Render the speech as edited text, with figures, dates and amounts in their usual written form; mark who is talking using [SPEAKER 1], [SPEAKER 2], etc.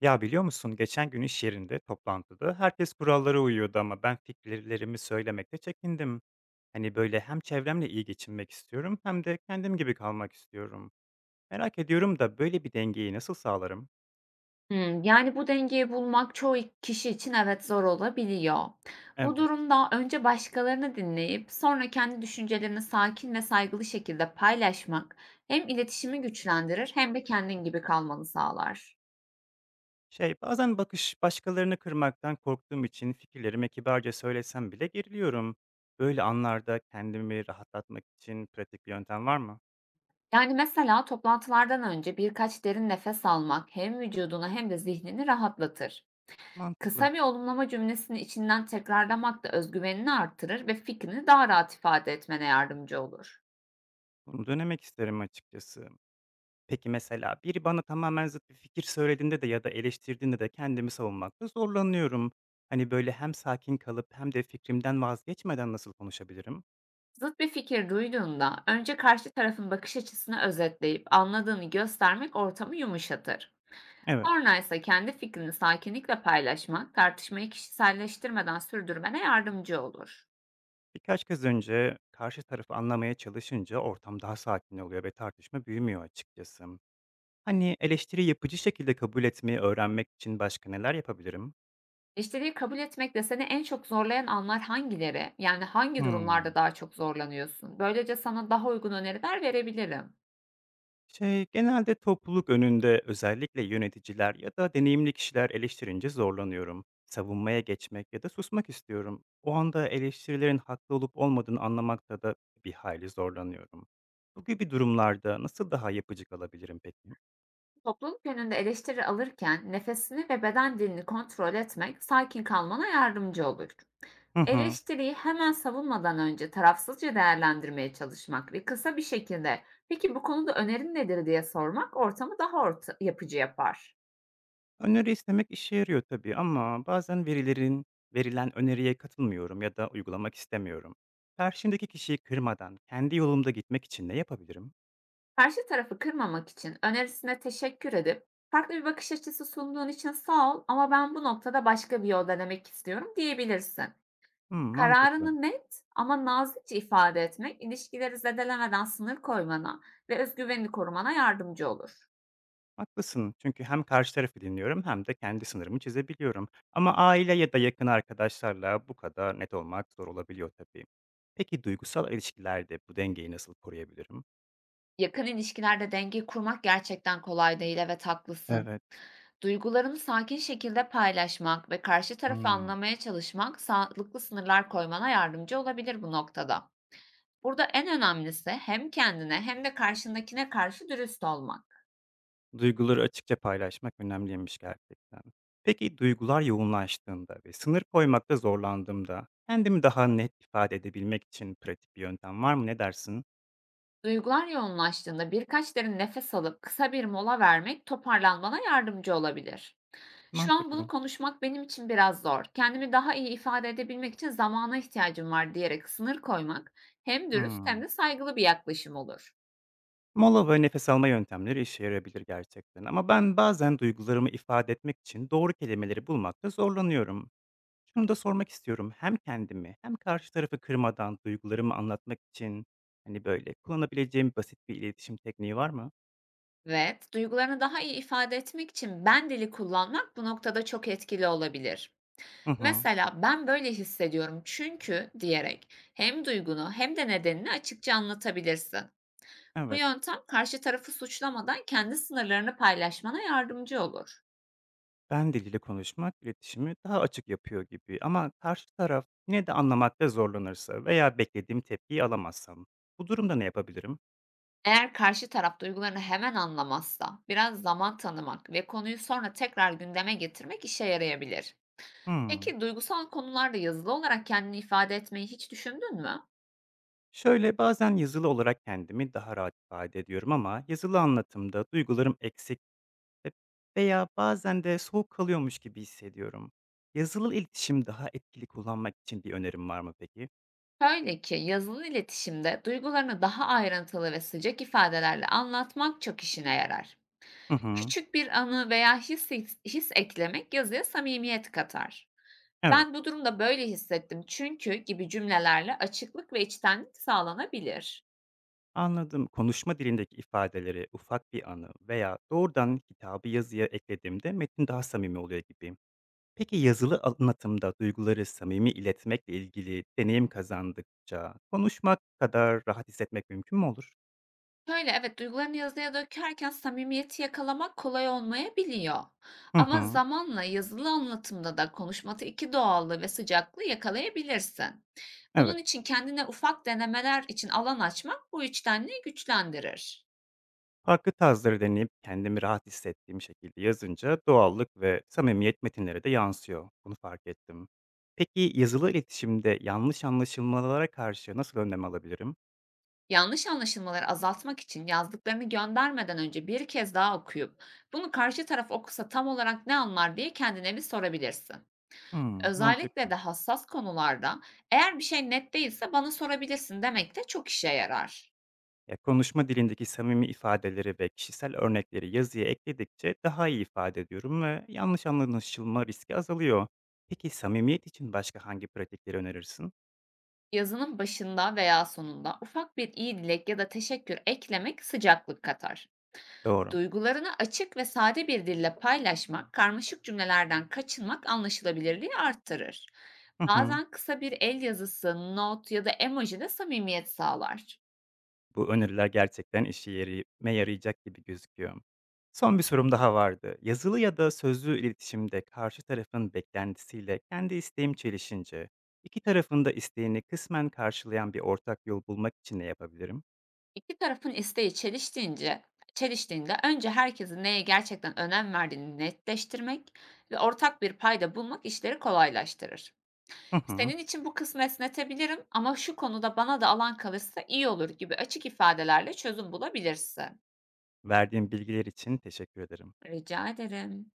[SPEAKER 1] Ya biliyor musun, geçen gün iş yerinde toplantıda herkes kurallara uyuyordu ama ben fikirlerimi söylemekte çekindim. Hani böyle hem çevremle iyi geçinmek istiyorum hem de kendim gibi kalmak istiyorum. Merak ediyorum da böyle bir dengeyi nasıl sağlarım?
[SPEAKER 2] Hımm. Yani, bu dengeyi bulmak çoğu kişi için evet zor olabiliyor. Bu
[SPEAKER 1] Evet.
[SPEAKER 2] durumda önce başkalarını dinleyip sonra kendi düşüncelerini sakin ve saygılı şekilde paylaşmak hem iletişimi güçlendirir hem de kendin gibi kalmanı sağlar.
[SPEAKER 1] Bazen başkalarını kırmaktan korktuğum için fikirlerimi kibarca söylesem bile geriliyorum. Böyle anlarda kendimi rahatlatmak için pratik bir yöntem var mı?
[SPEAKER 2] Yani, mesela toplantılardan önce birkaç derin nefes almak hem vücudunu hem de zihnini rahatlatır.
[SPEAKER 1] Mantıklı.
[SPEAKER 2] Kısa bir olumlama cümlesini içinden tekrarlamak da özgüvenini artırır ve fikrini daha rahat ifade etmene yardımcı olur.
[SPEAKER 1] Bunu denemek isterim açıkçası. Peki mesela biri bana tamamen zıt bir fikir söylediğinde de ya da eleştirdiğinde de kendimi savunmakta zorlanıyorum. Hani böyle hem sakin kalıp hem de fikrimden vazgeçmeden nasıl konuşabilirim?
[SPEAKER 2] Zıt bir fikir duyduğunda önce karşı tarafın bakış açısını özetleyip anladığını göstermek ortamı yumuşatır.
[SPEAKER 1] Evet.
[SPEAKER 2] Sonra ise kendi fikrini sakinlikle paylaşmak, tartışmayı kişiselleştirmeden sürdürmene yardımcı olur.
[SPEAKER 1] Birkaç kez önce karşı tarafı anlamaya çalışınca ortam daha sakin oluyor ve tartışma büyümüyor açıkçası. Hani eleştiri yapıcı şekilde kabul etmeyi öğrenmek için başka neler yapabilirim?
[SPEAKER 2] Eleştiriyi kabul etmekle seni en çok zorlayan anlar hangileri? Yani hangi
[SPEAKER 1] Hmm.
[SPEAKER 2] durumlarda daha çok zorlanıyorsun? Böylece sana daha uygun öneriler verebilirim.
[SPEAKER 1] Şey, genelde topluluk önünde özellikle yöneticiler ya da deneyimli kişiler eleştirince zorlanıyorum. Savunmaya geçmek ya da susmak istiyorum. O anda eleştirilerin haklı olup olmadığını anlamakta da bir hayli zorlanıyorum. Bu gibi durumlarda nasıl daha yapıcı kalabilirim peki?
[SPEAKER 2] Topluluk önünde eleştiri alırken nefesini ve beden dilini kontrol etmek sakin kalmana yardımcı olur.
[SPEAKER 1] Hı hı.
[SPEAKER 2] Eleştiriyi hemen savunmadan önce tarafsızca değerlendirmeye çalışmak ve kısa bir şekilde "Peki bu konuda önerin nedir?" diye sormak ortamı daha orta yapıcı yapar.
[SPEAKER 1] Öneri istemek işe yarıyor tabii ama bazen verilen öneriye katılmıyorum ya da uygulamak istemiyorum. Karşımdaki kişiyi kırmadan kendi yolumda gitmek için ne yapabilirim?
[SPEAKER 2] Karşı tarafı kırmamak için önerisine teşekkür edip "Farklı bir bakış açısı sunduğun için sağ ol ama ben bu noktada başka bir yol denemek istiyorum." diyebilirsin.
[SPEAKER 1] Hı, mantıklı.
[SPEAKER 2] Kararını net ama nazikçe ifade etmek ilişkileri zedelemeden sınır koymana ve özgüvenini korumana yardımcı olur.
[SPEAKER 1] Haklısın. Çünkü hem karşı tarafı dinliyorum hem de kendi sınırımı çizebiliyorum. Ama aile ya da yakın arkadaşlarla bu kadar net olmak zor olabiliyor tabii. Peki duygusal ilişkilerde bu dengeyi nasıl koruyabilirim?
[SPEAKER 2] Yakın ilişkilerde dengeyi kurmak gerçekten kolay değil, evet haklısın.
[SPEAKER 1] Evet.
[SPEAKER 2] Duygularını sakin şekilde paylaşmak ve karşı tarafı
[SPEAKER 1] Hmm.
[SPEAKER 2] anlamaya çalışmak sağlıklı sınırlar koymana yardımcı olabilir bu noktada. Burada en önemlisi hem kendine hem de karşındakine karşı dürüst olmak.
[SPEAKER 1] Duyguları açıkça paylaşmak önemliymiş gerçekten. Peki duygular yoğunlaştığında ve sınır koymakta zorlandığımda kendimi daha net ifade edebilmek için pratik bir yöntem var mı? Ne dersin?
[SPEAKER 2] Duygular yoğunlaştığında birkaç derin nefes alıp kısa bir mola vermek toparlanmana yardımcı olabilir. Şu an bunu
[SPEAKER 1] Mantıklı.
[SPEAKER 2] konuşmak benim için biraz zor. Kendimi daha iyi ifade edebilmek için zamana ihtiyacım var diyerek sınır koymak hem dürüst hem
[SPEAKER 1] Hmm.
[SPEAKER 2] de saygılı bir yaklaşım olur.
[SPEAKER 1] Mola ve nefes alma yöntemleri işe yarayabilir gerçekten ama ben bazen duygularımı ifade etmek için doğru kelimeleri bulmakta zorlanıyorum. Şunu da sormak istiyorum. Hem kendimi hem karşı tarafı kırmadan duygularımı anlatmak için hani böyle kullanabileceğim basit bir iletişim tekniği var mı?
[SPEAKER 2] Evet, duygularını daha iyi ifade etmek için ben dili kullanmak bu noktada çok etkili olabilir.
[SPEAKER 1] Hı hı.
[SPEAKER 2] Mesela ben böyle hissediyorum çünkü diyerek hem duygunu hem de nedenini açıkça anlatabilirsin. Bu
[SPEAKER 1] Evet.
[SPEAKER 2] yöntem karşı tarafı suçlamadan kendi sınırlarını paylaşmana yardımcı olur.
[SPEAKER 1] Ben diliyle konuşmak iletişimi daha açık yapıyor gibi ama karşı taraf yine de anlamakta zorlanırsa veya beklediğim tepkiyi alamazsam bu durumda ne yapabilirim?
[SPEAKER 2] Eğer karşı taraf duygularını hemen anlamazsa, biraz zaman tanımak ve konuyu sonra tekrar gündeme getirmek işe yarayabilir.
[SPEAKER 1] Hmm.
[SPEAKER 2] Peki duygusal konularda yazılı olarak kendini ifade etmeyi hiç düşündün mü?
[SPEAKER 1] Şöyle, bazen yazılı olarak kendimi daha rahat ifade ediyorum ama yazılı anlatımda duygularım eksik ve- veya bazen de soğuk kalıyormuş gibi hissediyorum. Yazılı iletişim daha etkili kullanmak için bir önerim var mı peki?
[SPEAKER 2] Şöyle ki yazılı iletişimde duygularını daha ayrıntılı ve sıcak ifadelerle anlatmak çok işine yarar.
[SPEAKER 1] Hı hı.
[SPEAKER 2] Küçük bir anı veya his eklemek yazıya samimiyet katar.
[SPEAKER 1] Evet.
[SPEAKER 2] Ben bu durumda böyle hissettim çünkü gibi cümlelerle açıklık ve içtenlik sağlanabilir.
[SPEAKER 1] Anladım. Konuşma dilindeki ifadeleri ufak bir anı veya doğrudan kitabı yazıya eklediğimde metin daha samimi oluyor gibi. Peki yazılı anlatımda duyguları samimi iletmekle ilgili deneyim kazandıkça konuşmak kadar rahat hissetmek mümkün mü olur?
[SPEAKER 2] Şöyle, evet, duygularını yazıya dökerken samimiyeti yakalamak kolay olmayabiliyor.
[SPEAKER 1] Hı
[SPEAKER 2] Ama
[SPEAKER 1] hı.
[SPEAKER 2] zamanla yazılı anlatımda da konuşmatı iki doğallığı ve sıcaklığı yakalayabilirsin. Bunun
[SPEAKER 1] Evet,
[SPEAKER 2] için kendine ufak denemeler için alan açmak bu içtenliği güçlendirir.
[SPEAKER 1] farklı tarzları deneyip kendimi rahat hissettiğim şekilde yazınca doğallık ve samimiyet metinlere de yansıyor. Bunu fark ettim. Peki yazılı iletişimde yanlış anlaşılmalara karşı nasıl önlem alabilirim?
[SPEAKER 2] Yanlış anlaşılmaları azaltmak için yazdıklarını göndermeden önce bir kez daha okuyup bunu karşı taraf okusa tam olarak ne anlar diye kendine bir sorabilirsin.
[SPEAKER 1] Hmm,
[SPEAKER 2] Özellikle
[SPEAKER 1] mantıklı.
[SPEAKER 2] de hassas konularda "Eğer bir şey net değilse bana sorabilirsin." demek de çok işe yarar.
[SPEAKER 1] Ya konuşma dilindeki samimi ifadeleri ve kişisel örnekleri yazıya ekledikçe daha iyi ifade ediyorum ve yanlış anlaşılma riski azalıyor. Peki samimiyet için başka hangi pratikleri önerirsin?
[SPEAKER 2] Yazının başında veya sonunda ufak bir iyi dilek ya da teşekkür eklemek sıcaklık katar.
[SPEAKER 1] Doğru.
[SPEAKER 2] Duygularını açık ve sade bir dille paylaşmak, karmaşık cümlelerden kaçınmak anlaşılabilirliği arttırır.
[SPEAKER 1] Hı hı.
[SPEAKER 2] Bazen kısa bir el yazısı, not ya da emoji de samimiyet sağlar.
[SPEAKER 1] Bu öneriler gerçekten işime yarayacak gibi gözüküyor. Son bir sorum daha vardı. Yazılı ya da sözlü iletişimde karşı tarafın beklentisiyle kendi isteğim çelişince, iki tarafın da isteğini kısmen karşılayan bir ortak yol bulmak için ne yapabilirim?
[SPEAKER 2] 2 tarafın isteği çeliştiğinde önce herkesin neye gerçekten önem verdiğini netleştirmek ve ortak bir payda bulmak işleri kolaylaştırır.
[SPEAKER 1] Hı hı.
[SPEAKER 2] "Senin için bu kısmı esnetebilirim ama şu konuda bana da alan kalırsa iyi olur." gibi açık ifadelerle çözüm bulabilirsin.
[SPEAKER 1] Verdiğin bilgiler için teşekkür ederim.
[SPEAKER 2] Rica ederim.